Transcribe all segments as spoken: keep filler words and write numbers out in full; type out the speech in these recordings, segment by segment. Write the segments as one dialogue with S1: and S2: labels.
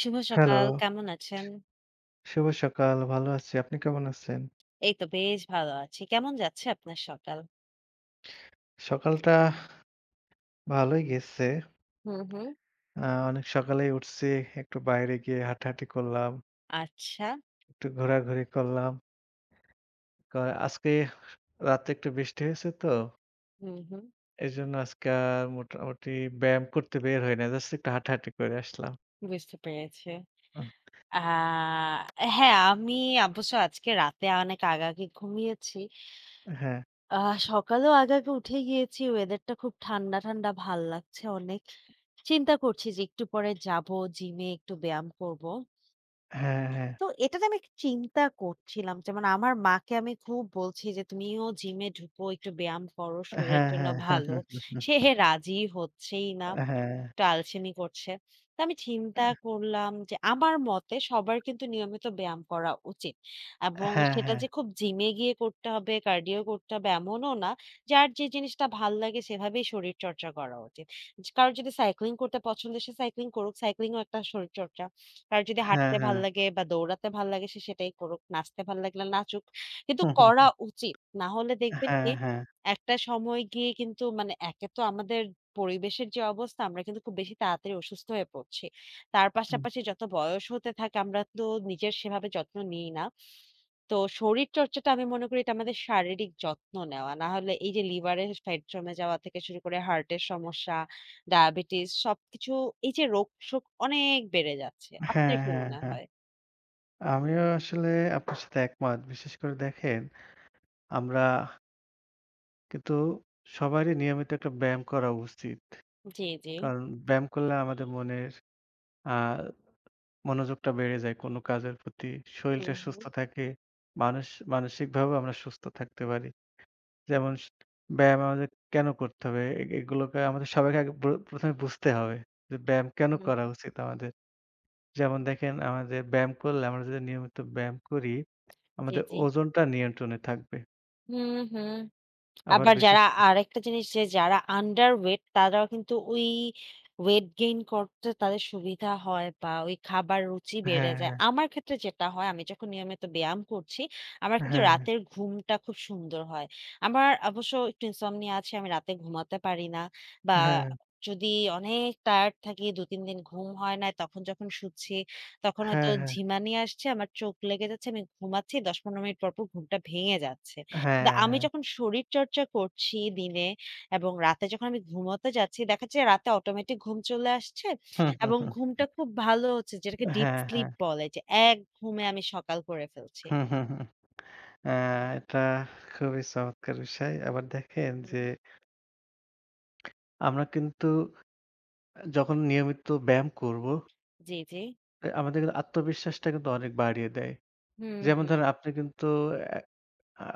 S1: শুভ
S2: hello,
S1: সকাল। কেমন আছেন?
S2: শুভ সকাল। ভালো আছি। আপনি কেমন আছেন?
S1: এই তো বেশ ভালো আছি। কেমন যাচ্ছে আপনার সকাল?
S2: সকালটা ভালোই গেছে।
S1: হুম, হুম।
S2: আ অনেক সকালেই উঠছি। একটু বাইরে গিয়ে হাঁটাহাঁটি করলাম,
S1: আচ্ছা।
S2: একটু ঘোরাঘুরি করলাম। কা আজকে রাতে একটু বৃষ্টি হয়েছে তো,
S1: হুম, হুম।
S2: এজন্য আজকে আর মোটামুটি ব্যায়াম করতে বের হই না। জাস্ট একটু হাঁটাহাঁটি করে আসলাম।
S1: বুঝতে পেরেছি।
S2: উহ
S1: আ হ্যাঁ, আমি অবশ্য আজকে রাতে অনেক আগাআগি ঘুমিয়েছি।
S2: হ্যাঁ,
S1: আ সকালেও আগাআগি উঠে গিয়েছি। ওয়েদারটা খুব ঠান্ডা, ঠান্ডা ভাল লাগছে অনেক। চিন্তা করছি যে একটু পরে যাবো জিমে একটু ব্যায়াম করব।
S2: হ্যাঁ, হ্যাঁ।
S1: তো এটা নিয়ে আমি একটু চিন্তা করছিলাম। যেমন আমার মাকে আমি খুব বলছি যে, "তুমিও জিমে ঢুকো, একটু ব্যায়াম করো, শরীরের
S2: হ্যাঁ,
S1: জন্য
S2: হ্যাঁ। হ্যাঁ,
S1: ভালো।"
S2: হ্যাঁ,
S1: সে হে রাজি হচ্ছেই না। একটু আলসেমি করছে। তো আমি চিন্তা করলাম যে আমার মতে সবার কিন্তু নিয়মিত ব্যায়াম করা উচিত। এবং
S2: হ্যাঁ, হ্যাঁ,
S1: সেটা
S2: হ্যাঁ।
S1: যে খুব জিমে গিয়ে করতে হবে, কার্ডিও করতে হবে এমনও না। যার যে জিনিসটা ভাল লাগে সেভাবেই শরীরচর্চা করা উচিত। কারোর যদি সাইক্লিং করতে পছন্দ সে সাইক্লিং করুক, সাইক্লিং ও একটা শরীরচর্চা। কারোর যদি হাঁটতে ভাল
S2: হ্যাঁ,
S1: লাগে বা দৌড়াতে ভাল লাগে সে সেটাই করুক। নাচতে ভাল লাগলে নাচুক। কিন্তু করা উচিত। না হলে দেখবেন কি
S2: হ্যাঁ।
S1: একটা সময় গিয়ে কিন্তু মানে একে তো আমাদের পরিবেশের যে অবস্থা আমরা কিন্তু খুব বেশি তাড়াতাড়ি অসুস্থ হয়ে পড়ছি। তার
S2: হুম।
S1: পাশাপাশি যত বয়স হতে থাকে আমরা তো নিজের সেভাবে যত্ন নিই না। তো শরীরচর্চাটা আমি মনে করি এটা আমাদের শারীরিক যত্ন নেওয়া। না হলে এই যে লিভারের ফ্যাট জমে যাওয়া থেকে শুরু করে হার্টের সমস্যা, ডায়াবেটিস সবকিছু এই যে রোগশোক অনেক বেড়ে যাচ্ছে।
S2: হ্যাঁ,
S1: আপনার কি
S2: হ্যাঁ,
S1: মনে
S2: হ্যাঁ। হ্যাঁ,
S1: হয়?
S2: আমিও আসলে আপনার সাথে একমত। বিশেষ করে দেখেন, আমরা কিন্তু সবারই নিয়মিত একটা ব্যায়াম করা উচিত।
S1: জি, জি।
S2: কারণ ব্যায়াম করলে আমাদের মনের আ মনোযোগটা বেড়ে যায় কোনো কাজের প্রতি। শরীরটা
S1: হুম,
S2: সুস্থ
S1: হুম।
S2: থাকে। মানস মানসিকভাবেও আমরা সুস্থ থাকতে পারি। যেমন স ব্যায়াম আমাদের কেন করতে হবে? এ এগুলোকে আমাদের সবাইকে আগে প্র প্রথম এ বুঝতে হবে যে ব্যায়াম কেন
S1: হুম,
S2: করা উচিত আমাদের? যেমন দেখেন, আমাদের ব্যায়াম করলে আমরা যদি নিয়মিত ব্যায়াম করি,
S1: জি,
S2: আমাদের
S1: জি।
S2: ওজনটা নিয়ন্ত্রণে থাকবে।
S1: হুম, হুম।
S2: আবার
S1: আবার
S2: বিশেষ
S1: যারা
S2: করে
S1: আরেকটা জিনিস যে যারা আন্ডার ওয়েট তারাও কিন্তু ওই ওয়েট গেইন করতে তাদের সুবিধা হয় বা ওই খাবার রুচি বেড়ে
S2: হ্যাঁ,
S1: যায়। আমার ক্ষেত্রে যেটা হয় আমি যখন নিয়মিত ব্যায়াম করছি, আমার কিন্তু
S2: হ্যাঁ,
S1: রাতের ঘুমটা খুব সুন্দর হয়। আমার অবশ্য একটু ইনসমনিয়া আছে, আমি রাতে ঘুমাতে পারি না বা
S2: হ্যাঁ,
S1: যদি অনেক টায়ার্ড থাকি দুই তিন দিন ঘুম হয় না, তখন যখন শুচ্ছি তখন হয়তো
S2: হ্যাঁ, হ্যাঁ,
S1: ঝিমানি আসছে, আমার চোখ লেগে যাচ্ছে, আমি ঘুমাচ্ছি দশ পনেরো মিনিট পর, পর ঘুমটা ভেঙে যাচ্ছে। না,
S2: হ্যাঁ,
S1: আমি
S2: হ্যাঁ,
S1: যখন শরীরচর্চা করছি দিনে এবং রাতে যখন আমি ঘুমোতে যাচ্ছি, দেখা যায় রাতে অটোমেটিক ঘুম চলে আসছে
S2: হুম, হুম,
S1: এবং
S2: হুম,
S1: ঘুমটা খুব ভালো হচ্ছে, যেটাকে ডিপ
S2: হ্যাঁ,
S1: স্লিপ
S2: হ্যাঁ,
S1: বলে যে এক ঘুমে আমি সকাল করে ফেলছি।
S2: হুম, হুম, হুম। আ এটা খুবই চমৎকার বিষয়। আবার দেখেন
S1: হুম।
S2: যে আমরা কিন্তু যখন নিয়মিত ব্যায়াম করব,
S1: জি, জি।
S2: এ আমাদের কিন্তু আত্মবিশ্বাসটা কিন্তু অনেক বাড়িয়ে দেয়।
S1: হুম,
S2: যেমন
S1: হুম,
S2: ধরেন আপনি কিন্তু অ্যা আ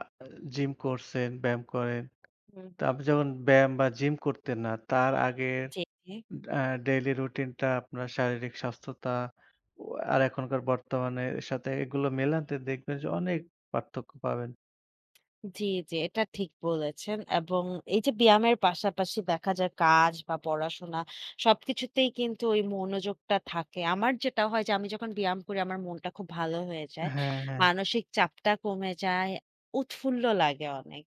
S2: জিম করছেন, ব্যায়াম করেন।
S1: হুম।
S2: তো আপনি যখন ব্যায়াম বা জিম করতেন না, তার আগে
S1: জি, জি।
S2: আ ডেইলি রুটিনটা আপনার শারীরিক স্বাস্থ্যতা ও আর এখনকার বর্তমানের সাথে এগুলো মেলাতে দেখবেন যে অনেক পার্থক্য পাবেন।
S1: জি, জি। এটা ঠিক বলেছেন এবং এই যে ব্যায়ামের পাশাপাশি দেখা যায় কাজ বা পড়াশোনা সবকিছুতেই কিন্তু ওই মনোযোগটা থাকে। আমার যেটা হয় যে আমি যখন ব্যায়াম করি আমার মনটা খুব ভালো হয়ে যায়।
S2: হ্যাঁ, হ্যাঁ।
S1: মানসিক চাপটা কমে যায়, উৎফুল্ল লাগে অনেক।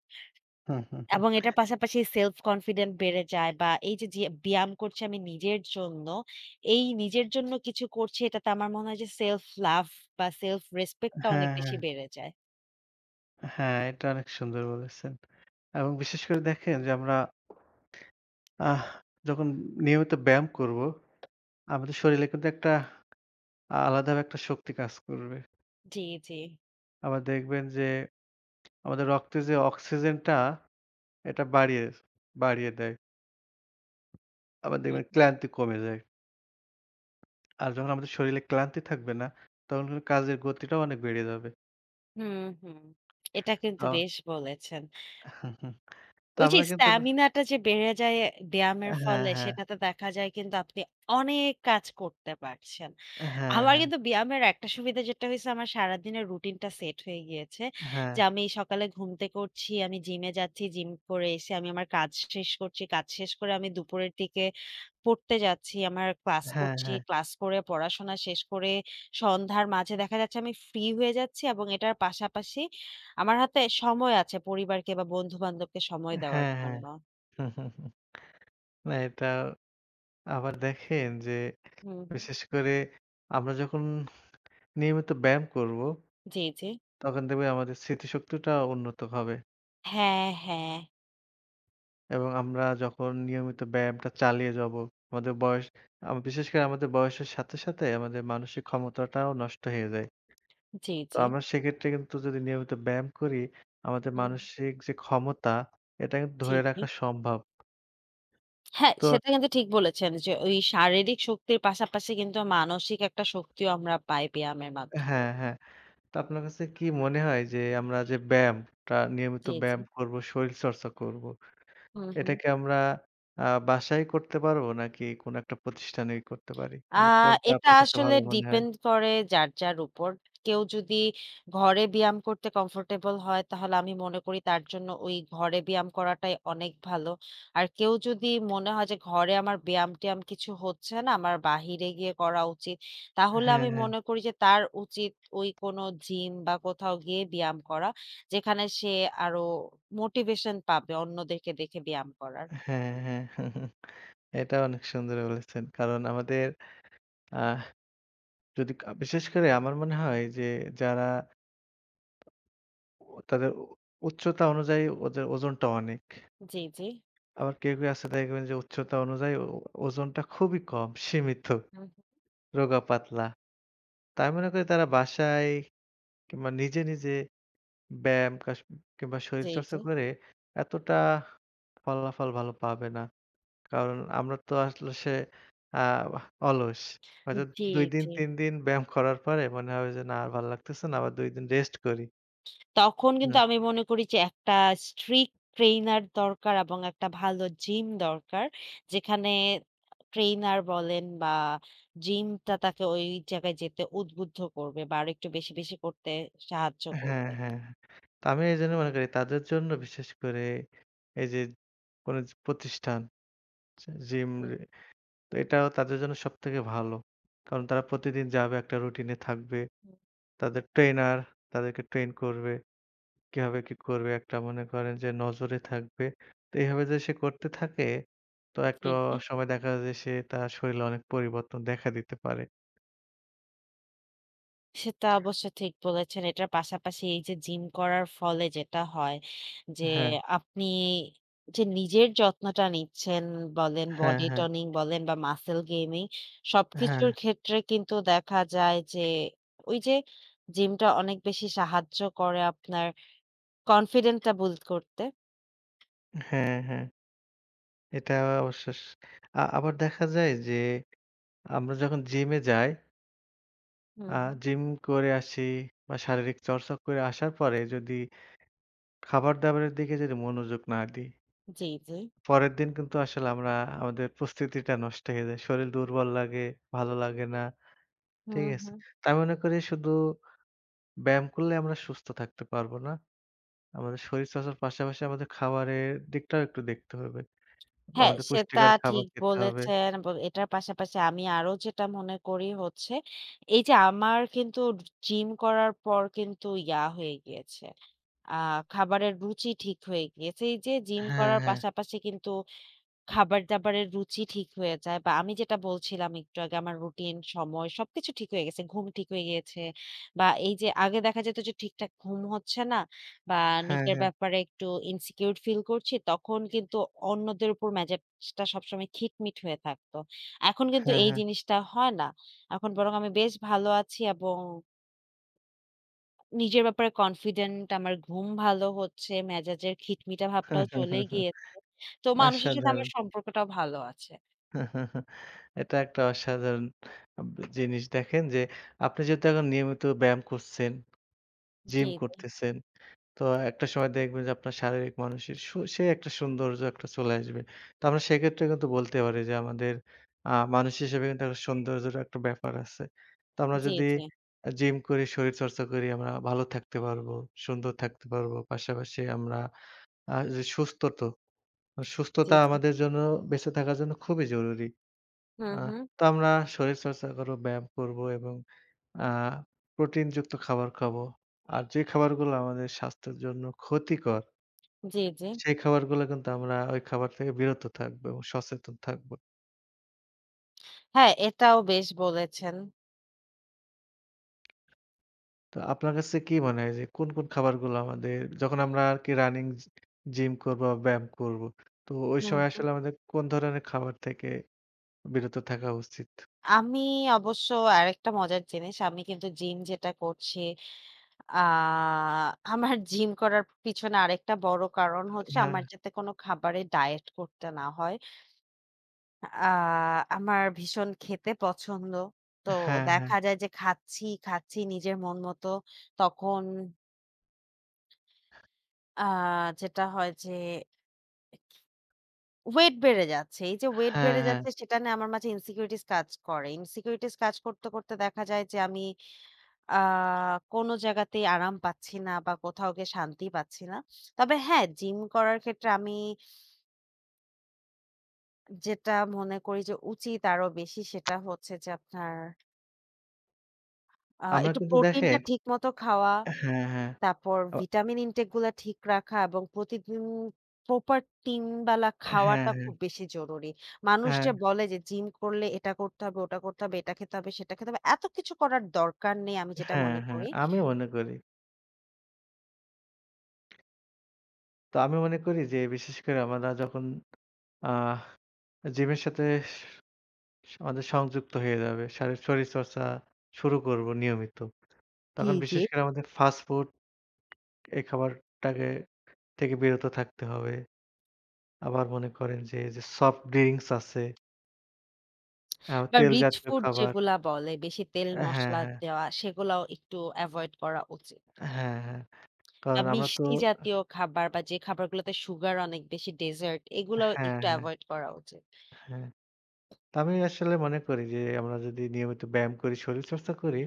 S2: হুম, হুম, হুম।
S1: এবং এটার পাশাপাশি self confident বেড়ে যায় বা এই যে, যে ব্যায়াম করছি আমি নিজের জন্য, এই নিজের জন্য কিছু করছি এটাতে আমার মনে হয় যে self love বা self respect টা অনেক
S2: হ্যাঁ, হ্যাঁ।
S1: বেশি বেড়ে যায়।
S2: হ্যাঁ, এটা অনেক সুন্দর বলেছেন। এবং বিশেষ করে দেখেন যে আমরা আহ যখন নিয়মিত ব্যায়াম করব, আমাদের শরীরে কিন্তু একটা আলাদাভাবে একটা শক্তি কাজ করবে।
S1: জি, জি।
S2: আবার দেখবেন যে আমাদের রক্তে যে অক্সিজেনটা এটা বাড়িয়ে বাড়িয়ে দেয়। আবার দেখবেন ক্লান্তি কমে যায়। আর যখন আমাদের শরীরে ক্লান্তি থাকবে না, তখন কিন্তু কাজের গতিটাও অনেক বেড়ে যাবে।
S1: হুম, হুম। এটা কিন্তু
S2: আ
S1: বেশ বলেছেন।
S2: তো
S1: ওই যে
S2: আমরা কিন্তু
S1: স্ট্যামিনাটা যে বেড়ে যায় ব্যায়ামের
S2: হ্যাঁ,
S1: ফলে
S2: হ্যাঁ,
S1: সেটাতে দেখা যায় কিন্তু আপনি অনেক কাজ করতে পারছেন।
S2: হ্যাঁ,
S1: আমার
S2: হ্যাঁ,
S1: কিন্তু ব্যায়ামের একটা সুবিধা যেটা হইছে আমার সারাদিনের রুটিনটা সেট হয়ে গিয়েছে।
S2: হ্যাঁ,
S1: যে আমি সকালে ঘুম থেকে উঠছি, আমি জিমে যাচ্ছি, জিম করে এসে আমি আমার কাজ শেষ করছি। কাজ শেষ করে আমি দুপুরের দিকে পড়তে যাচ্ছি, আমার ক্লাস
S2: হ্যাঁ, হ্যাঁ,
S1: করছি।
S2: হ্যাঁ।
S1: ক্লাস করে পড়াশোনা শেষ করে সন্ধ্যার মাঝে দেখা যাচ্ছে আমি ফ্রি হয়ে যাচ্ছি এবং এটার পাশাপাশি আমার হাতে সময় আছে পরিবারকে বা বন্ধু-বান্ধবকে সময় দেওয়ার
S2: হ্যাঁ,
S1: জন্য।
S2: না এটা আবার দেখেন যে
S1: হুম, হুম।
S2: বিশেষ করে আমরা যখন নিয়মিত ব্যায়াম করব,
S1: জি, জি।
S2: তখন দেখবেন আমাদের স্মৃতিশক্তিটা উন্নত হবে
S1: হ্যাঁ, হ্যাঁ।
S2: এবং আমরা যখন নিয়মিত ব্যায়ামটা চালিয়ে যাব, আমাদের বয়স আ বিশেষ করে আমাদের বয়সের সাথে, সাথে আমাদের মানসিক ক্ষমতাটাও নষ্ট হয়ে যায়।
S1: জি,
S2: তো
S1: জি।
S2: আমরা সেক্ষেত্রে কিন্তু যদি নিয়মিত ব্যায়াম করি, আমাদের
S1: হুম।
S2: মানসিক যে ক্ষমতা, এটা কিন্তু
S1: জি,
S2: ধরে
S1: জি।
S2: রাখা সম্ভব।
S1: হ্যাঁ,
S2: তো
S1: সেটা কিন্তু ঠিক বলেছেন যে ওই শারীরিক শক্তির পাশাপাশি কিন্তু মানসিক একটা শক্তিও আমরা পাই ব্যায়ামের মাধ্যমে।
S2: হ্যাঁ, হ্যাঁ। তো আপনার কাছে কি মনে হয় যে আমরা যে ব্যায়ামটা নিয়মিত
S1: জি, জি।
S2: ব্যায়াম করব, শরীরচর্চা করব।
S1: হুম, হুম।
S2: এটা কি আমরা আ বাসায় করতে পারবো নাকি কোনো একটা প্রতিষ্ঠানে করতে পারি?
S1: আ
S2: মানে কোনটা
S1: এটা
S2: আপনার কাছে
S1: আসলে
S2: ভালো মনে হয়?
S1: ডিপেন্ড করে যার, যার উপর। কেউ যদি ঘরে ব্যায়াম করতে কমফোর্টেবল হয়, তাহলে আমি মনে করি তার জন্য ওই ঘরে ব্যায়াম করাটাই অনেক ভালো। আর কেউ যদি মনে হয় যে ঘরে আমার ব্যায়াম-ট্যায়াম কিছু হচ্ছে না, আমার বাহিরে গিয়ে করা উচিত। তাহলে
S2: হ্যাঁ,
S1: আমি
S2: হ্যাঁ।
S1: মনে করি যে তার উচিত ওই কোনো জিম বা কোথাও গিয়ে ব্যায়াম করা। যেখানে সে আরো মোটিভেশন পাবে অন্যদেরকে দেখে ব্যায়াম করার।
S2: হ্যাঁ, হ্যাঁ। এটা অনেক সুন্দর বলেছেন। কারণ আমাদের আহ যদি কা বিশেষ করে আমার মনে হয় যে যারা ও তাদের উ উচ্চতা অনুযায়ী ওদের ওজনটা অনেক।
S1: জি, জি।
S2: আবার কেউ, কেউ আছে দেখবেন যে উচ্চতা অনুযায়ী ও ওজনটা খুবই কম, সীমিত,
S1: হুম।
S2: রোগা পাতলা। তাই মনে করি তারা বাসায় কিংবা নিজে, নিজে ব্যায়াম কাস কিংবা
S1: জি,
S2: শরীরচর্চা
S1: জি।
S2: করে এতটা ফলাফল ভালো পাবে না। কারণ আমরা তো আসলে সে আ অলস। হয়তো
S1: জি,
S2: দুই দিন
S1: জি।
S2: তিন দিন ব্যায়াম করার পরে মনে হবে যে, "না আর ভাল লাগতেছে না।" আবার দুই দিন রেস্ট করি।
S1: তখন
S2: হুম।
S1: কিন্তু আমি মনে করি যে একটা strict ট্রেইনার দরকার এবং একটা ভালো জিম দরকার। যেখানে ট্রেইনার বলেন বা জিমটা তাকে ওই জায়গায় যেতে উদ্বুদ্ধ করবে বা আরেকটু বেশি, বেশি করতে সাহায্য
S2: হ্যাঁ,
S1: করবে।
S2: হ্যাঁ। তো আমি এইজন্য মনে করি তাদের জন্য বিশেষ করে এই যে কোনো যে প্রতিষ্ঠান যে জিম
S1: হুম,
S2: রে তো এটাও তাদের জন্য সবথেকে ভালো। কারণ তারা প্রতিদিন যাবে একটা রুটিনে থাকবে।
S1: হুম।
S2: তাদের ট্রেনার তাদেরকে ট্রেন করবে। কিভাবে কি করবে একটা মনে করেন যে নজরে থাকবে। তো এভাবে যদি সে করতে থাকে তো একটা
S1: জি। জি
S2: সময় দেখা যায় যে সে তার শরীরে অনেক পরিবর্তন দেখা দিতে পারে।
S1: সেটা অবশ্য ঠিক বলেছেন। এটার পাশাপাশি এই যে জিম করার ফলে যেটা হয় যে
S2: হ্যাঁ,
S1: আপনি যে নিজের যত্নটা নিচ্ছেন বলেন,
S2: হ্যাঁ,
S1: বডি
S2: হ্যাঁ,
S1: টনিং বলেন বা মাসল গেইনিং
S2: হ্যাঁ,
S1: সবকিছুর ক্ষেত্রে কিন্তু দেখা যায় যে ওই যে জিমটা অনেক বেশি সাহায্য করে আপনার কনফিডেন্ট টা বুল্ড করতে।
S2: হ্যাঁ, হ্যাঁ। এটা অবশেষ আ আবার দেখা যায় যে আমরা যখন জিমে যাই,
S1: হুম,
S2: আ
S1: হুম।
S2: জিম করে আসি বা শারীরিক চর্চা করে আসার পরে যদি খাবার-দাবারের দিকে যদি মনোযোগ না দিই,
S1: জি, জি।
S2: পরের দিন কিন্তু আসলে আমরা আমাদের প্রস্তুতিটা নষ্ট হয়ে যায়। শরীর দুর্বল লাগে, ভালো লাগে না।
S1: হুম,
S2: ঠিক আছে?
S1: হুম।
S2: তো আমি মনে করি শুধু ব্যায়াম করলে আমরা সুস্থ থাকতে পারবো না। আমাদের শরীরচর্চার পাশাপাশি আমাদের খাবারের দিকটাও একটু দেখতে হবে।
S1: হ্যাঁ,
S2: আমাদের
S1: সেটা
S2: পুষ্টিকর খাবার
S1: ঠিক
S2: খেতে হবে।
S1: বলেছেন। এবং এটার পাশাপাশি আমি আরো যেটা মনে করি হচ্ছে, এই যে আমার কিন্তু জিম করার পর কিন্তু ইয়া হয়ে গিয়েছে। আ খাবারের রুচি ঠিক হয়ে গিয়েছে। এই যে জিম
S2: হ্যাঁ,
S1: করার
S2: হ্যাঁ।
S1: পাশাপাশি কিন্তু খাবার-দাবারের রুচি ঠিক হয়ে যায় বা আমি যেটা বলছিলাম একটু আগে আমার রুটিন, সময় সবকিছু ঠিক হয়ে গেছে। ঘুম ঠিক হয়ে গিয়েছে বা এই যে আগে দেখা যেত যে ঠিকঠাক ঘুম হচ্ছে না বা
S2: হ্যাঁ,
S1: নিজের
S2: হ্যাঁ।
S1: ব্যাপারে একটু insecure ফিল করছি, তখন কিন্তু অন্যদের উপর মেজাজটা সবসময় খিটমিট হয়ে থাকতো। এখন কিন্তু
S2: হ্যাঁ,
S1: এই
S2: হ্যাঁ।
S1: জিনিসটা হয় না। এখন বরং আমি বেশ ভালো আছি এবং নিজের ব্যাপারে কনফিডেন্ট, আমার ঘুম ভালো হচ্ছে, মেজাজের খিটমিটে ভাবটাও চলে গিয়েছে। তো মানুষের সাথে আমার
S2: অসাধারণ!
S1: সম্পর্কটাও ভালো আছে।
S2: এটা একটা অসাধারণ আব জিনিস। দেখেন যে আপনি যেহেতু এখন নিয়মিত ব্যায়াম করছেন,
S1: জি,
S2: জিম
S1: জি,
S2: করতেছেন, তো একটা সময় দেখবেন যে আপনার শারীরিক মানসিক সু সে একটা সৌন্দর্য একটা চলে আসবে। তো আমরা সেক্ষেত্রে কিন্তু বলতে পারি যে আমাদের আ মানুষ হিসেবে কিন্তু একটা সৌন্দর্যেরও একটা ব্যাপার আছে। তো আমরা
S1: জি,
S2: যদি
S1: জি,
S2: আ জিম করি, শরীরচর্চা করি আমরা ভালো থাকতে পারবো, সুন্দর থাকতে পারবো। পাশাপাশি আমরা আ যে সুস্থ তো
S1: জি,
S2: সুস্থতা
S1: জি।
S2: আমাদের জন্য বেঁচে থাকার জন্য খুবই জরুরি।
S1: হুম,
S2: আ
S1: হুম।
S2: তো আমরা শরীরচর্চা করব, ব্যায়াম করব এবং আ প্রোটিনযুক্ত খাবার খাবো। আর যে খাবারগুলো আমাদের স্বাস্থ্যের জন্য ক্ষতিকর,
S1: জি, জি।
S2: সেই খাবারগুলো কিন্তু আমরা ওই খাবার থেকে বিরত থাকবো এবং সচেতন থাকবো।
S1: হ্যাঁ, এটাও বেশ বলেছেন।
S2: তো আপনার কাছে কি মনে হয় যে কোন, কোন খাবারগুলো আমাদের যখন আমরা আরকি রানিং জি জিম করব বা ব্যায়াম করব, তো ওই
S1: হুম,
S2: সময়
S1: হুম।
S2: আসলে আমাদের কোন ধরনের খাবার থেকে বিরত থাকা উচিত?
S1: আমি অবশ্য আরেকটা মজার জিনিস। আমি কিন্তু জিম যেটা করছি, আ আমার জিম করার পিছনে আরেকটা বড় কারণ হচ্ছে
S2: হ্যাঁ,
S1: আমার যাতে কোনো খাবারে ডায়েট করতে না হয়। আ আমার ভীষণ খেতে পছন্দ। তো
S2: হ্যাঁ, হ্যাঁ,
S1: দেখা যায় যে খাচ্ছি, খাচ্ছি নিজের মন মতো। তখন আ যেটা হয় যে ওয়েট বেড়ে যাচ্ছে। এই যে ওয়েট
S2: হ্যাঁ,
S1: বেড়ে
S2: হ্যাঁ।
S1: যাচ্ছে সেটা নিয়ে আমার মাঝে ইনসিকিউরিটিস কাজ করে। ইনসিকিউরিটিস কাজ করতে, করতে দেখা যায় যে আমি আ কোনো জায়গাতেই আরাম পাচ্ছি না বা কোথাও গিয়ে শান্তি পাচ্ছি না। তবে হ্যাঁ, জিম করার ক্ষেত্রে আমি যেটা মনে করি যে উচিত আরো বেশি সেটা হচ্ছে যে আপনার আ
S2: আমরা
S1: একটু
S2: কিন্তু
S1: প্রোটিনটা
S2: দেখেন
S1: ঠিক মতো খাওয়া।
S2: হ্যাঁ, হ্যাঁ।
S1: তারপর
S2: অ
S1: ভিটামিন ইনটেক গুলা ঠিক রাখা এবং প্রতিদিন প্রপার তিন বেলা
S2: হ্যাঁ,
S1: খাওয়াটা
S2: হ্যাঁ,
S1: খুব বেশি জরুরি। মানুষ
S2: হ্যাঁ,
S1: যে বলে যে জিম করলে এটা করতে হবে, ওটা করতে হবে, এটা খেতে হবে, সেটা খেতে হবে। এত কিছু করার দরকার নেই আমি যেটা
S2: হ্যাঁ,
S1: মনে
S2: হ্যাঁ।
S1: করি।
S2: আমিও মনে করি। তো আমি মনে করি যে বিশেষ করে আমরা যখন আহ জিমের সাথে স আমাদের সংযুক্ত হয়ে যাবে, শারীর শরীরচর্চা শুরু করব নিয়মিত।
S1: জি,
S2: তখন
S1: জি।
S2: বিশেষ করে আমাদের ফাস্ট ফুড এই খাবারটাকে থেকে বিরত থাকতে হবে। আবার মনে করেন যে, যে সফট ড্রিংকস আছে, আ
S1: বা
S2: তেল
S1: রিচ
S2: জাতীয়
S1: ফুড
S2: খাবার
S1: যেগুলা বলে বেশি তেল
S2: হ্যাঁ,
S1: মসলা
S2: হ্যাঁ,
S1: দেওয়া সেগুলাও একটু এভয়েড করা উচিত।
S2: হ্যাঁ, হ্যাঁ।
S1: বা
S2: কারণ আমরা তো
S1: মিষ্টি জাতীয় খাবার বা যে খাবারগুলোতে সুগার অনেক বেশি ডেজার্ট এগুলাও
S2: হ্যাঁ,
S1: একটু
S2: হ্যাঁ,
S1: এভয়েড করা উচিত।
S2: হ্যাঁ। আমি আসলে মনে করি যে আমরা যদি নিয়মিত ব্যায়াম করি, শরীরচর্চা করি,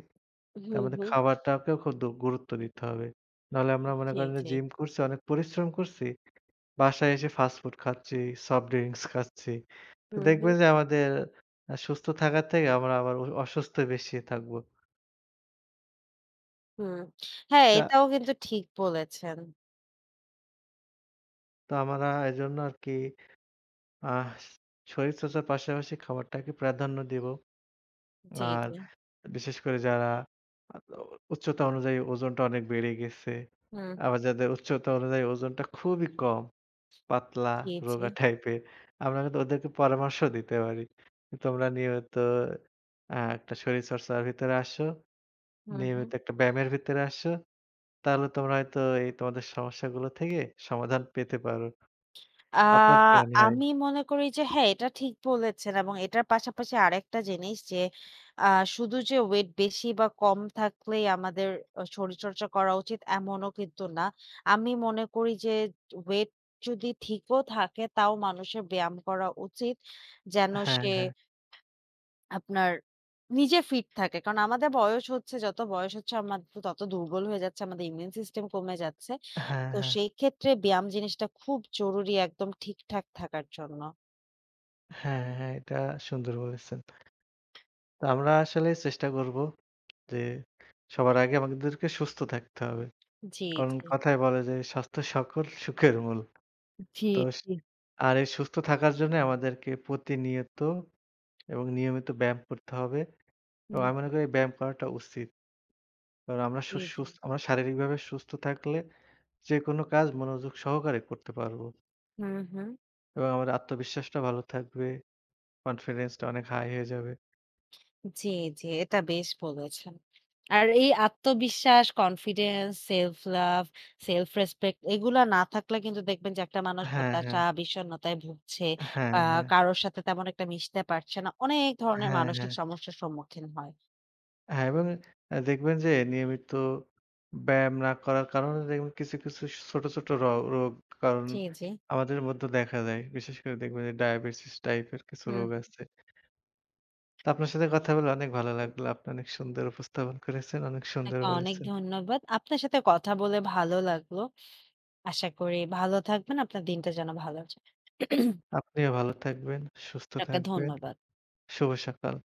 S1: হুম,
S2: তা আমাদের
S1: হুম।
S2: খাবারটাকেও খুব দু গুরুত্ব দিতে হবে। নাহলে আমরা মনে
S1: জি,
S2: করেন যে
S1: জি।
S2: জিম করছি, অনেক পরিশ্রম করছি, বাসায় এসে ফাস্টফুড খাচ্ছি, সফট ড্রিংকস খাচ্ছি। তো
S1: হুম, হুম।
S2: দেখবেন যে আমাদের আ সুস্থ থাকার থেকে আমরা আবার অ অসুস্থ বেশি থাকবো।
S1: হুম। হ্যাঁ,
S2: তা
S1: এটাও কিন্তু ঠিক বলেছেন।
S2: তো আমরা এজন্য আরকি আহ শরীরচর্চার পাশাপাশি খাবারটাকে প্রাধান্য দিব।
S1: জি,
S2: আর
S1: জি।
S2: বিশেষ করে যারা আ উচ্চতা অনুযায়ী ওজনটা অনেক বেড়ে গেছে।
S1: হুম,
S2: আবার যাদের উচ্চতা অনুযায়ী ওজনটা খুবই কম, পাতলা,
S1: জি, জি।
S2: রোগা টাইপের। আমরা কিন্তু ওদেরকে পরামর্শ দিতে পারি। তোমরা নিয়মিত আ একটা শরীরচর্চার ভিতরে আসো,
S1: হুম, হুম।
S2: নিয়মিত একটা ব্যায়ামের ভিতরে আসো। তাহলে তোমরা হয়তো এই তোমাদের সমস্যাগুলো থেকে সমাধান পেতে পারো।
S1: আ
S2: আপনার কি মনে হয়?
S1: আমি মনে করি যে হ্যাঁ, এটা ঠিক বলেছেন এবং এটার পাশাপাশি আরেকটা জিনিস যে আ শুধু যে ওয়েট বেশি বা কম থাকলেই আমাদের আ শরীরচর্চা করা উচিত এমনও কিন্তু না। আমি মনে করি যে ওয়েট যদি ঠিকও থাকে তাও মানুষের ব্যায়াম করা উচিত। যেন
S2: হ্যাঁ,
S1: সে
S2: হ্যাঁ।
S1: আপনার নিজে ফিট থাকে। কারণ আমাদের বয়স হচ্ছে, যত বয়স হচ্ছে আমাদের তো তত দুর্বল হয়ে যাচ্ছে, আমাদের ইমিউন সিস্টেম কমে যাচ্ছে।
S2: হ্যাঁ,
S1: তো
S2: হ্যাঁ।
S1: সেই ক্ষেত্রে ব্যায়াম জিনিসটা খুব জরুরি একদম ঠিকঠাক থাকার জন্য।
S2: হ্যাঁ, হ্যাঁ। এটা সুন্দর বলেছেন। তো আমরা আসলে চেষ্টা করব যে সবার আগে আমাদেরকে সুস্থ থাকতে হবে।
S1: জি,
S2: কারণ
S1: জি।
S2: কথায় বলে যে স্বাস্থ্য সকল সুখের মূল।
S1: জি,
S2: তো স
S1: জি।
S2: আর এই সুস্থ থাকার জন্য আমাদেরকে প্রতিনিয়ত এবং নিয়মিত ব্যায়াম করতে হবে। এবং
S1: হুম,
S2: আমি মনে করি এই ব্যায়াম করাটা উচিত। কারণ আমরা সু
S1: জি, জি।
S2: সুস আমরা শারীরিকভাবে সুস্থ থাকলে যেকোনো কাজ মনোযোগ সহকারে করতে পারবো।
S1: হুম, হুম।
S2: এবং আমাদের আত্মবিশ্বাসটা ভালো থাকবে, কনফিডেন্সটা অনেক হাই হয়ে যাবে।
S1: জি, জি। এটা বেশ বলেছেন। আর এই আত্মবিশ্বাস, confidence, self love, self respect এগুলা না থাকলে কিন্তু দেখবেন যে একটা মানুষ
S2: হ্যাঁ,
S1: হতাশা,
S2: হ্যাঁ।
S1: বিষণ্ণতায় ভুগছে।
S2: হ্যাঁ,
S1: আ
S2: হ্যাঁ।
S1: কারোর সাথে তেমন একটা মিশতে পারছে না। অনেক ধরনের
S2: হ্যাঁ,
S1: মানসিক
S2: হ্যাঁ।
S1: সমস্যার সম্মুখীন হয়।
S2: হ্যাঁ, এবং অ্যা দেখবেন যে নিয়মিত ব্যায়াম না করার কারণে দেখবেন কিছু, কিছু ছোট, ছোট র রোগ কারণ
S1: জি, জি।
S2: আমাদের মধ্যে দেখা যায়। বিশেষ করে দেখবেন যে ডায়াবেটিস টাইপের কিছু
S1: হুম,
S2: রোগ
S1: হুম।
S2: আছে। তো আপনার সাথে কথা বলে অনেক ভালো লাগলো। আপনি অনেক সুন্দর উপস্থাপন করেছেন, অনেক সুন্দর
S1: আপনাকে অনেক
S2: বলেছেন।
S1: ধন্যবাদ। আপনার সাথে কথা বলে ভালো লাগলো। আশা করি ভালো থাকবেন। আপনার দিনটা যেন ভালো যায়।
S2: আপনিও ভালো থাকবেন, সুস্থ
S1: আপনাকে
S2: থাকবেন।
S1: ধন্যবাদ।
S2: শুভ সকাল।